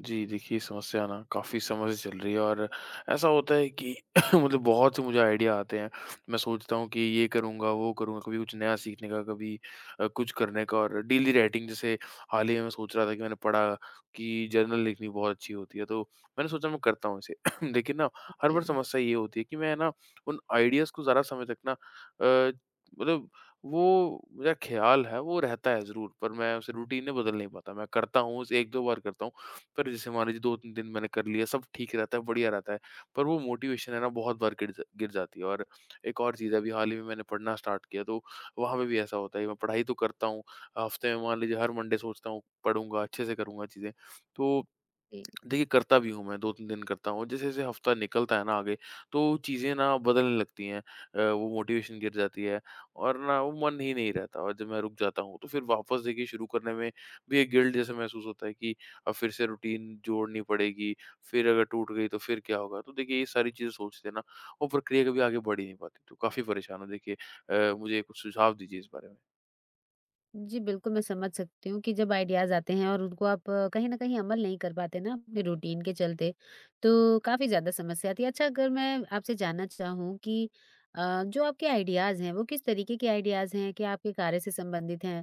जी, देखिए समस्या ना काफ़ी समय से चल रही है और ऐसा होता है कि मतलब बहुत से मुझे आइडिया आते हैं। मैं सोचता हूँ कि ये करूँगा, वो करूँगा, कभी कुछ नया सीखने का, कभी कुछ करने का और डेली राइटिंग जैसे हाल ही में मैं सोच रहा था कि मैंने पढ़ा कि जर्नल लिखनी बहुत अच्छी होती है, तो मैंने सोचा मैं करता हूँ इसे। लेकिन ना हर बार जी, समस्या ये होती है कि मैं ना उन आइडियाज़ को ज़रा समय तक ना अ, मतलब वो मेरा ख़्याल है वो रहता है ज़रूर पर मैं उसे रूटीन में बदल नहीं पाता। मैं करता हूँ उसे 1-2 बार करता हूँ पर जैसे मान लीजिए 2-3 दिन मैंने कर लिया, सब ठीक रहता है, बढ़िया रहता है, पर वो मोटिवेशन है ना बहुत बार गिर जाती है। और एक और चीज़ है, अभी हाल ही में मैंने पढ़ना स्टार्ट किया, तो वहाँ पे भी ऐसा होता है। मैं पढ़ाई तो करता हूँ, हफ्ते में मान लीजिए हर मंडे सोचता हूँ पढ़ूँगा, अच्छे से करूँगा चीज़ें, तो जी। देखिए, करता भी हूँ मैं, 2-3 दिन करता हूँ। जैसे-जैसे हफ़्ता निकलता है ना आगे, तो चीज़ें ना बदलने लगती हैं। वो मोटिवेशन गिर जाती है और ना वो मन ही नहीं रहता। और जब मैं रुक जाता हूँ, तो फिर वापस देखिए शुरू करने में भी एक गिल्ट जैसा महसूस होता है कि अब फिर से रूटीन जोड़नी पड़ेगी, फिर अगर टूट गई तो फिर क्या होगा? तो देखिए, ये सारी चीज़ें सोचते ना वो प्रक्रिया कभी आगे बढ़ ही नहीं पाती। तो काफ़ी परेशान हूँ देखिए, मुझे कुछ सुझाव दीजिए इस बारे में। जी, बिल्कुल मैं समझ सकती हूँ कि जब आइडियाज़ आते हैं और उनको आप कहीं न कहीं अमल नहीं कर पाते ना अपने रूटीन के चलते, तो काफ़ी ज़्यादा समस्या आती है। अच्छा अगर मैं आपसे जानना चाहूँ कि जो आपके आइडियाज़ हैं वो किस तरीके के आइडियाज़ हैं? क्या आपके कार्य से संबंधित हैं?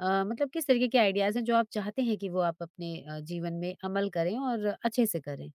मतलब किस तरीके के आइडियाज़ हैं जो आप चाहते हैं कि वो आप अपने जीवन में अमल करें और अच्छे से करें?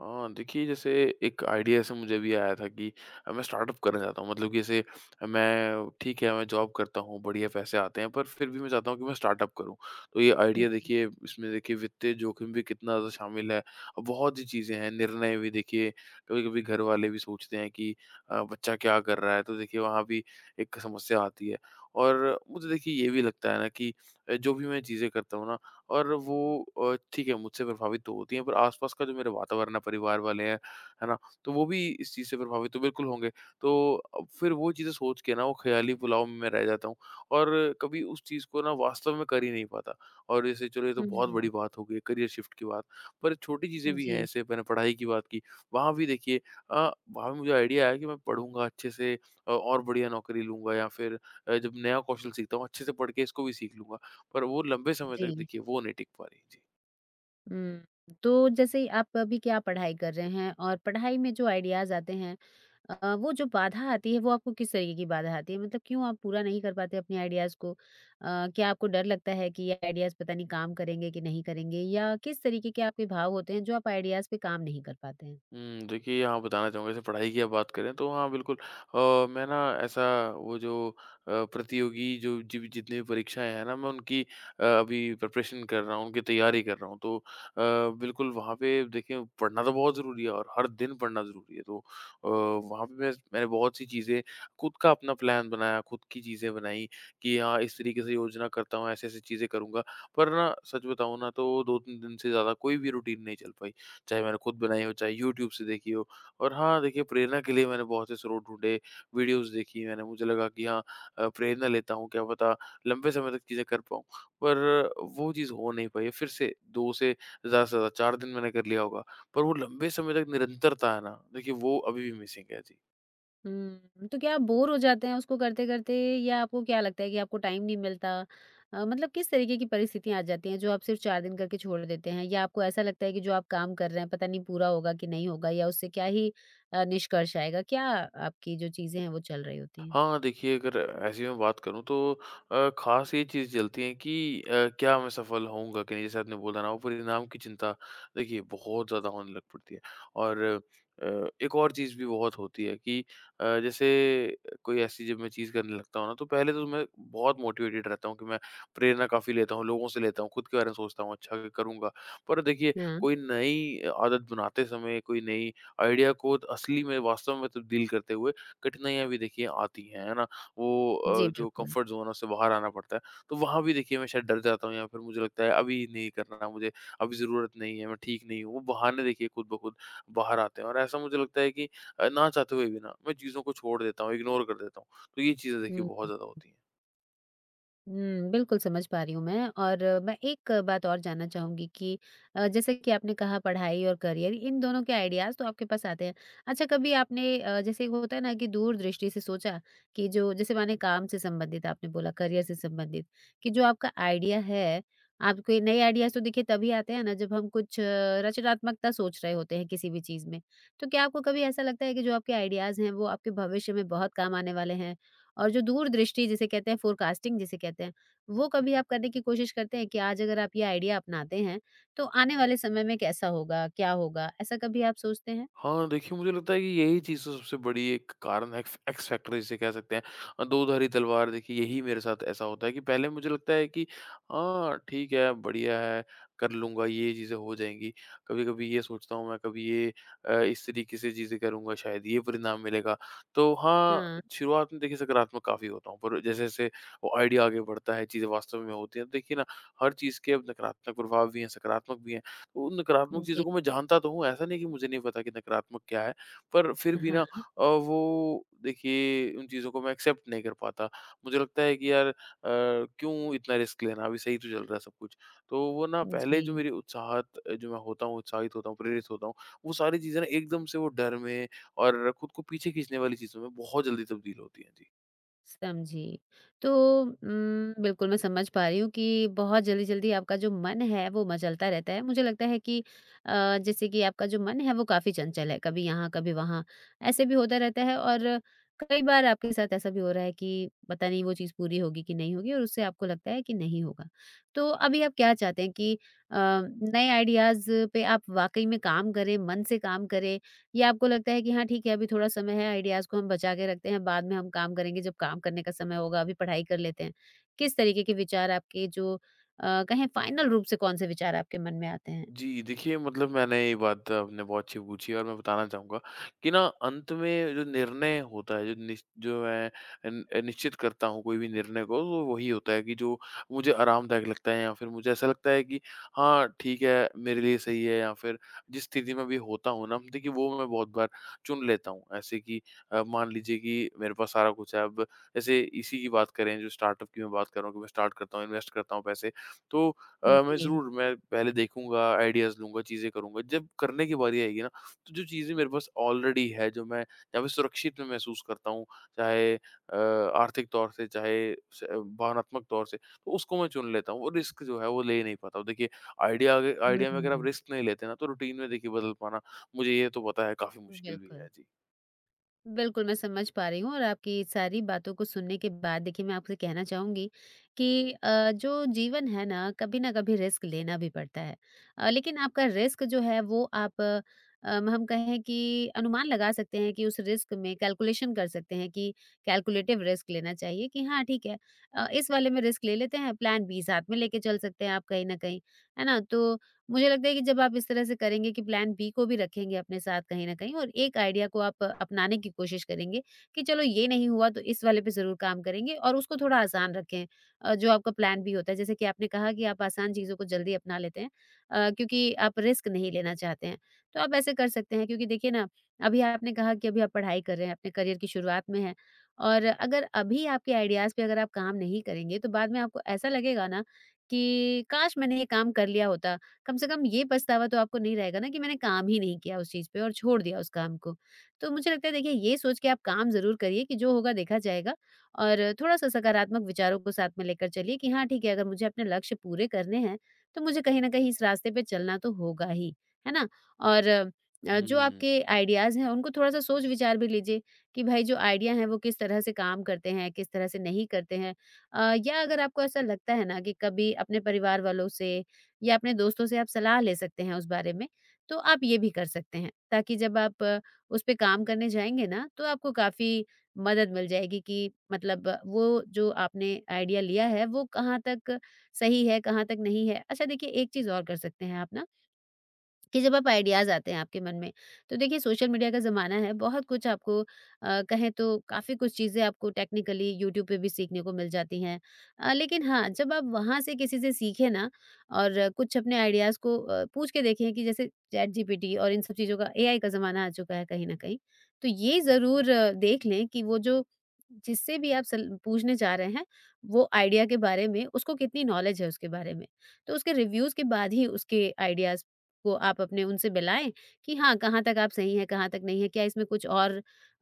हाँ, देखिए, जैसे एक आइडिया ऐसे मुझे भी आया था कि मैं स्टार्टअप करना चाहता हूँ, मतलब कि जैसे मैं, ठीक है मैं जॉब करता हूँ, बढ़िया पैसे आते हैं, पर फिर भी मैं चाहता हूँ कि मैं स्टार्टअप करूँ। तो ये आइडिया जी। देखिए, इसमें देखिए वित्तीय जोखिम भी कितना ज़्यादा शामिल है। और बहुत सी चीज़ें हैं, निर्णय भी देखिए, कभी-कभी घर वाले भी सोचते हैं कि बच्चा क्या कर रहा है? तो देखिए वहाँ भी एक समस्या आती है। और मुझे देखिए ये भी लगता है ना कि जो भी मैं चीज़ें करता हूँ ना, और वो ठीक है, मुझसे प्रभावित तो होती हैं, पर आसपास का जो मेरे वातावरण है, परिवार वाले हैं, है ना? तो वो भी इस चीज़ से प्रभावित तो बिल्कुल होंगे। तो अब फिर वो चीज़ें सोच के ना, वो ख़्याली पुलाव में मैं रह जाता हूँ और कभी उस चीज़ को ना वास्तव में कर ही नहीं पाता। और जैसे, चलो ये तो बहुत हुँ। बड़ी बात हो गई, करियर शिफ्ट की बात, पर छोटी चीज़ें भी हैं। जी, जैसे मैंने पढ़ाई की बात की, वहाँ भी देखिए वहाँ भी मुझे आइडिया आया कि मैं पढ़ूँगा अच्छे से, और बढ़िया नौकरी लूँगा, या फिर जब नया कौशल सीखता हूँ अच्छे से पढ़ के इसको भी सीख लूँगा। पर वो लंबे समय तक जी। देखिए वो नहीं टिक पा रही। जी। हुँ, तो जैसे आप अभी क्या पढ़ाई कर रहे हैं, और पढ़ाई में जो आइडियाज़ आते हैं, वो जो बाधा आती है वो आपको किस तरीके की बाधा आती है? मतलब क्यों आप पूरा नहीं कर पाते अपने आइडियाज़ को? क्या आपको डर लगता है कि ये आइडियाज़ पता नहीं काम करेंगे कि नहीं करेंगे, या किस तरीके के आपके भाव होते हैं जो आप आइडियाज़ पे काम नहीं कर पाते हैं? हुँ, देखिए, यहाँ बताना चाहूँगा। जैसे पढ़ाई की आप बात करें तो हाँ, बिल्कुल। मैं ना, ऐसा वो जो अ, प्रतियोगी जो जिव जितनी भी परीक्षाएँ हैं ना, मैं उनकी अभी प्रिपरेशन कर रहा हूँ, उनकी तैयारी कर रहा हूँ। तो बिल्कुल वहाँ पे देखिए पढ़ना तो बहुत ज़रूरी है और हर दिन पढ़ना ज़रूरी है। तो वहाँ पे मैंने बहुत सी चीज़ें, खुद का अपना प्लान बनाया, खुद की चीज़ें बनाई कि हाँ, इस तरीके से योजना करता हूँ, ऐसी-ऐसी चीज़ें करूँगा। पर ना सच बताऊँ ना, तो 2-3 दिन से ज़्यादा कोई भी रूटीन नहीं चल पाई, चाहे मैंने खुद बनाई हो, चाहे यूट्यूब से देखी हो। और हाँ, देखिए प्रेरणा के लिए मैंने बहुत से स्रोत ढूँढे, वीडियोज़ देखी मैंने, मुझे लगा कि हाँ, प्रेरणा लेता हूँ, क्या पता लंबे समय तक चीज़ें कर पाऊँ। पर वो चीज़ हो नहीं पाई है। फिर से 2 से ज़्यादा 4 दिन मैंने कर लिया होगा, पर वो लंबे समय तक निरंतरता है ना, देखिए वो अभी भी मिसिंग है। जी। हुँ, तो क्या आप बोर हो जाते हैं उसको करते-करते, या आपको क्या लगता है कि आपको टाइम नहीं मिलता? मतलब किस तरीके की परिस्थितियाँ आ जाती हैं जो आप सिर्फ 4 दिन करके छोड़ देते हैं, या आपको ऐसा लगता है कि जो आप काम कर रहे हैं पता नहीं पूरा होगा कि नहीं होगा, या उससे क्या ही निष्कर्ष आएगा? क्या आपकी जो चीज़ें हैं वो चल रही होती हैं? हाँ, देखिए, अगर ऐसी मैं बात करूँ तो ख़ास ये चीज़ चलती है कि क्या मैं सफल होऊँगा कि नहीं? जैसे आपने बोला ना, वो परिणाम की चिंता देखिए बहुत ज़्यादा होने लग पड़ती है। और अ, एक और चीज़ भी बहुत होती है कि जैसे कोई ऐसी जब मैं चीज़ करने लगता हूँ ना, तो पहले तो मैं बहुत मोटिवेटेड रहता हूँ कि मैं प्रेरणा काफ़ी लेता हूँ, लोगों से लेता हूँ, खुद के बारे में सोचता हूँ, अच्छा क करूँगा। पर देखिए हाँ, कोई नई आदत बनाते समय, कोई नई आइडिया को असली में, वास्तव में तब्दील करते हुए कठिनाइयाँ भी देखिए आती हैं, है ना? वो जी जो बिल्कुल। कम्फ़र्ट ज़ोन है उससे बाहर आना पड़ता है। तो वहाँ भी देखिए मैं शायद डर जाता हूँ, या फिर मुझे लगता है अभी नहीं करना मुझे, अभी ज़रूरत नहीं है, मैं ठीक नहीं हूँ। वो बहाने देखिए खुद ब खुद बाहर आते हैं और ऐसा मुझे लगता है कि ना चाहते हुए भी ना मैं चीज़ों को छोड़ देता हूँ, इग्नोर कर देता हूँ। तो ये चीज़ें देखिए बहुत हुँ। ज़्यादा होती हैं। हुँ, बिल्कुल समझ पा रही हूँ मैं। और मैं एक बात और जानना चाहूँगी कि जैसे कि आपने कहा, पढ़ाई और करियर, इन दोनों के आइडियाज़ तो आपके पास आते हैं। अच्छा कभी आपने जैसे होता है ना कि दूरदृष्टि से सोचा कि जो जैसे माने काम से संबंधित, आपने बोला करियर से संबंधित, कि जो आपका आइडिया है, आपको ये नए आइडियाज़ तो देखिए तभी आते हैं ना जब हम कुछ रचनात्मकता सोच रहे होते हैं किसी भी चीज़ में। तो क्या आपको कभी ऐसा लगता है कि जो आपके आइडियाज़ हैं वो आपके भविष्य में बहुत काम आने वाले हैं? और जो दूरदृष्टि जिसे कहते हैं, फोरकास्टिंग जिसे कहते हैं, वो कभी आप करने की कोशिश करते हैं कि आज अगर आप ये आइडिया अपनाते हैं, तो आने वाले समय में कैसा होगा, क्या होगा? ऐसा कभी आप सोचते हैं? हाँ, देखिए, मुझे लगता है कि यही चीज़ तो सबसे बड़ी एक कारण है, एक्स एक्स फैक्टर जिसे कह सकते हैं। दोधारी तलवार देखिए, यही मेरे साथ ऐसा होता है कि पहले मुझे लगता है कि हाँ, ठीक है, बढ़िया है, कर लूँगा, ये चीज़ें हो जाएँगी। कभी-कभी ये सोचता हूँ मैं, कभी ये इस तरीके से चीज़ें करूँगा, शायद ये परिणाम मिलेगा। तो हाँ, हाँ, शुरुआत में देखिए सकारात्मक काफ़ी होता हूँ, पर जैसे-जैसे वो आइडिया आगे बढ़ता है, चीज़ें वास्तव में होती हैं, तो देखिए ना, हर चीज़ के अब नकारात्मक प्रभाव भी हैं, सकारात्मक भी हैं। उन नकारात्मक चीज़ों जी। को मैं जानता तो हूँ, ऐसा नहीं कि मुझे नहीं पता कि नकारात्मक क्या है, पर फिर भी हाँ, ना, अ, वो देखिए उन चीज़ों को मैं एक्सेप्ट नहीं कर पाता। मुझे लगता है कि यार, क्यों इतना रिस्क लेना? अभी सही तो चल रहा है सब कुछ। तो वो ना, पहले जी। जो मेरी उत्साहत जो मैं होता हूँ, उत्साहित होता हूँ, प्रेरित होता हूँ, वो सारी चीज़ें ना एकदम से वो डर में और खुद को पीछे खींचने वाली चीज़ों में बहुत जल्दी तब्दील होती हैं। जी। समझी। तो बिल्कुल मैं समझ पा रही हूँ कि बहुत जल्दी-जल्दी आपका जो मन है वो मचलता रहता है। मुझे लगता है कि जैसे कि आपका जो मन है वो काफ़ी चंचल है, कभी यहाँ कभी वहाँ, ऐसे भी होता रहता है। और कई बार आपके साथ ऐसा भी हो रहा है कि पता नहीं वो चीज़ पूरी होगी कि नहीं होगी, और उससे आपको लगता है कि नहीं होगा। तो अभी आप क्या चाहते हैं कि नए आइडियाज़ पे आप वाक़ई में काम करें, मन से काम करें, या आपको लगता है कि हाँ ठीक है, अभी थोड़ा समय है, आइडियाज को हम बचा के रखते हैं, बाद में हम काम करेंगे जब काम करने का समय होगा, अभी पढ़ाई कर लेते हैं? किस तरीके के विचार आपके जो कहें, फाइनल रूप से कौन से विचार आपके मन में आते हैं? जी, देखिए, मतलब मैंने ये बात, आपने बहुत अच्छी पूछी है, और मैं बताना चाहूँगा कि ना, अंत में जो निर्णय होता है, जो निश जो मैं अन अ, निश्चित करता हूँ कोई भी निर्णय को, वो वही होता है कि जो मुझे आरामदायक लगता है, या फिर मुझे ऐसा लगता है कि हाँ, ठीक है, मेरे लिए सही है, या फिर जिस स्थिति में अभी होता हूँ ना, देखिए वो मैं बहुत बार चुन लेता हूँ। ऐसे कि मान लीजिए कि मेरे पास सारा कुछ है, अब जैसे इसी की बात करें, जो स्टार्टअप की मैं बात कर रहा हूँ कि मैं स्टार्ट करता हूँ, इन्वेस्ट करता हूँ पैसे, तो मैं जी। ज़रूर, मैं पहले देखूँगा, आइडियाज़ लूँगा, चीज़ें करूँगा। जब करने की बारी आएगी ना, तो जो चीज़ें मेरे पास ऑलरेडी है, जो मैं, जहाँ पे सुरक्षित मैं महसूस करता हूँ, चाहे आर्थिक तौर से, चाहे स भावनात्मक तौर से, तो उसको मैं चुन लेता हूँ और रिस्क जो है वो ले नहीं पाता हूँ। देखिए, आइडिया में अगर आप हम्म। रिस्क नहीं लेते ना, तो रूटीन में देखिए बदल पाना, मुझे ये तो पता है, काफ़ी मुश्किल भी है। बिल्कुल, जी। बिल्कुल, मैं समझ पा रही हूँ, और आपकी सारी बातों को सुनने के बाद देखिए मैं आपसे कहना चाहूँगी कि जो जीवन है ना, कभी न कभी रिस्क लेना भी पड़ता है। लेकिन आपका रिस्क जो है वो आप हम कहें कि अनुमान लगा सकते हैं, कि उस रिस्क में कैलकुलेशन कर सकते हैं कि कैलकुलेटिव रिस्क लेना चाहिए कि हाँ, ठीक है, इस वाले में रिस्क ले लेते हैं, प्लान बी साथ में लेके चल सकते हैं आप कहीं न कहीं, है ना? तो मुझे लगता है कि जब आप इस तरह से करेंगे कि प्लान बी को भी रखेंगे अपने साथ कहीं न कहीं, और एक आइडिया को आप अपनाने की कोशिश करेंगे कि चलो ये नहीं हुआ तो इस वाले पे ज़रूर काम करेंगे, और उसको थोड़ा आसान रखें। जो आपका प्लान बी होता है, जैसे कि आपने कहा कि आप आसान चीज़ों को जल्दी अपना लेते हैं क्योंकि आप रिस्क नहीं लेना चाहते हैं। तो आप ऐसे कर सकते हैं, क्योंकि देखिए ना, अभी आपने कहा कि अभी आप पढ़ाई कर रहे हैं, अपने करियर की शुरुआत में हैं, और अगर अभी आपके आइडियाज़ पे अगर आप काम नहीं करेंगे तो बाद में आपको ऐसा लगेगा ना कि काश मैंने ये काम कर लिया होता। कम से कम ये पछतावा तो आपको नहीं रहेगा ना कि मैंने काम ही नहीं किया उस चीज़ पे और छोड़ दिया उस काम को। तो मुझे लगता है देखिए ये सोच के आप काम ज़रूर करिए, कि जो होगा देखा जाएगा, और थोड़ा-सा सकारात्मक विचारों को साथ में लेकर चलिए कि हाँ ठीक है, अगर मुझे अपने लक्ष्य पूरे करने हैं, तो मुझे कहीं न कहीं इस रास्ते पे चलना तो होगा ही, है ना? और जो हुँ। आपके आइडियाज़ हैं, उनको थोड़ा-सा सोच विचार भी लीजिए कि भाई जो आइडिया है वो किस तरह से काम करते हैं, किस तरह से नहीं करते हैं। या अगर आपको ऐसा लगता है ना, कि कभी अपने परिवार वालों से या अपने दोस्तों से आप सलाह ले सकते हैं उस बारे में। तो आप ये भी कर सकते हैं, ताकि जब आप उस पे काम करने जाएँगे ना, तो आपको काफ़ी मदद मिल जाएगी कि मतलब वो जो आपने आइडिया लिया है वो कहाँ तक सही है, कहाँ तक नहीं है। अच्छा देखिए, एक चीज़ और कर सकते हैं आप ना, कि जब आप आइडियाज़ आते हैं आपके मन में, तो देखिए सोशल मीडिया का ज़माना है, बहुत कुछ आपको कहें तो काफ़ी कुछ चीज़ें आपको टेक्निकली यूट्यूब पे भी सीखने को मिल जाती हैं। लेकिन हाँ, जब आप वहाँ से किसी से सीखें ना, और कुछ अपने आइडियाज़ को पूछ के देखें, कि जैसे चैट जीपीटी और इन सब चीज़ों का, एआई का ज़माना आ चुका है कहीं ना कहीं, तो ये ज़रूर देख लें कि वो जो, जिससे भी आप पूछने जा रहे हैं, वो आइडिया के बारे में उसको कितनी नॉलेज है उसके बारे में। तो उसके रिव्यूज़ के बाद ही उसके आइडियाज़ को आप अपने उनसे मिलाएँ कि हाँ, कहाँ तक आप सही हैं, कहाँ तक नहीं है, क्या इसमें कुछ और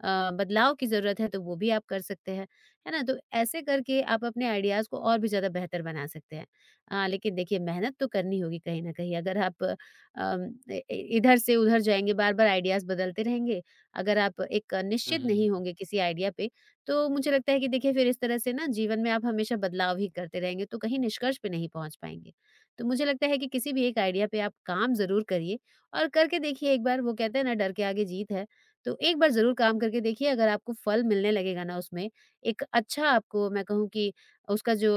बदलाव की ज़रूरत है, तो वो भी आप कर सकते हैं। है ना? तो ऐसे करके आप अपने आइडियाज़ को और भी ज़्यादा बेहतर बना सकते हैं। लेकिन देखिए, मेहनत तो करनी होगी कहीं न कहीं। अगर आप इ इ इधर से उधर जाएँगे, बार-बार आइडियाज़ बदलते रहेंगे, अगर आप एक हुँ, निश्चित हुँ, नहीं होंगे किसी आइडिया पे, तो मुझे लगता है कि देखिए फिर इस तरह से ना जीवन में आप हमेशा बदलाव ही करते रहेंगे, तो कहीं निष्कर्ष पे नहीं पहुँच पाएँगे। तो मुझे लगता है कि किसी भी एक आइडिया पे आप काम ज़रूर करिए और करके देखिए एक बार। वो कहते हैं ना, डर के आगे जीत है, तो एक बार ज़रूर काम करके देखिए। अगर आपको फल मिलने लगेगा ना उसमें, एक अच्छा आपको मैं कहूँ कि उसका जो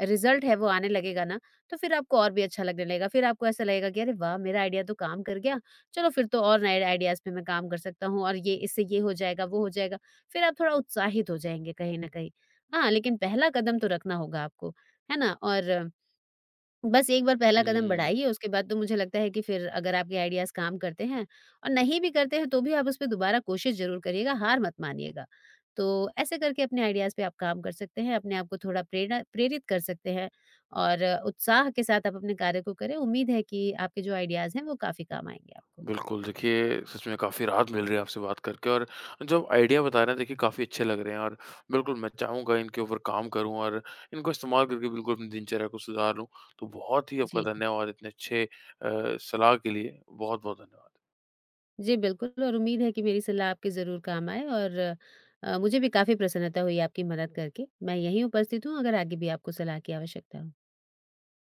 रिज़ल्ट है वो आने लगेगा ना, तो फिर आपको और भी अच्छा लगने लगेगा। फिर आपको ऐसा लगेगा कि अरे वाह! मेरा आइडिया तो काम कर गया, चलो फिर तो और नए आइडियाज़ पे मैं काम कर सकता हूँ, और ये इससे ये हो जाएगा, वो हो जाएगा। फिर आप थोड़ा उत्साहित हो जाएँगे कहीं न कहीं। हाँ, लेकिन पहला कदम तो रखना होगा आपको, है ना? और बस एक बार पहला कदम हुँ। बढ़ाइए, उसके बाद तो मुझे लगता है कि फिर अगर आपके आइडियाज़ काम करते हैं और नहीं भी करते हैं, तो भी आप उसपे दोबारा कोशिश ज़रूर करिएगा, हार मत मानिएगा। तो ऐसे करके अपने आइडियाज़ पे आप काम कर सकते हैं, अपने आप को थोड़ा प्रेरणा प्रेरित कर सकते हैं, और उत्साह के साथ आप अपने कार्य को करें। उम्मीद है कि आपके जो आइडियाज़ हैं वो काफ़ी काम आएँगे आपको। बिल्कुल, देखिए, सच में काफ़ी राहत मिल रही है आपसे बात करके, और जो आइडिया बता रहे हैं देखिए काफ़ी अच्छे लग रहे हैं, और बिल्कुल मैं चाहूँगा इनके ऊपर काम करूँ और इनको इस्तेमाल करके बिल्कुल अपनी दिनचर्या को सुधार लूँ। तो बहुत ही आपका जी। धन्यवाद इतने अच्छे सलाह के लिए, बहुत-बहुत धन्यवाद। जी, बिल्कुल, और उम्मीद है कि मेरी सलाह आपके ज़रूर काम आए, और मुझे भी काफ़ी प्रसन्नता हुई आपकी मदद करके। मैं यहीं उपस्थित हूँ अगर आगे भी आपको सलाह की आवश्यकता हो।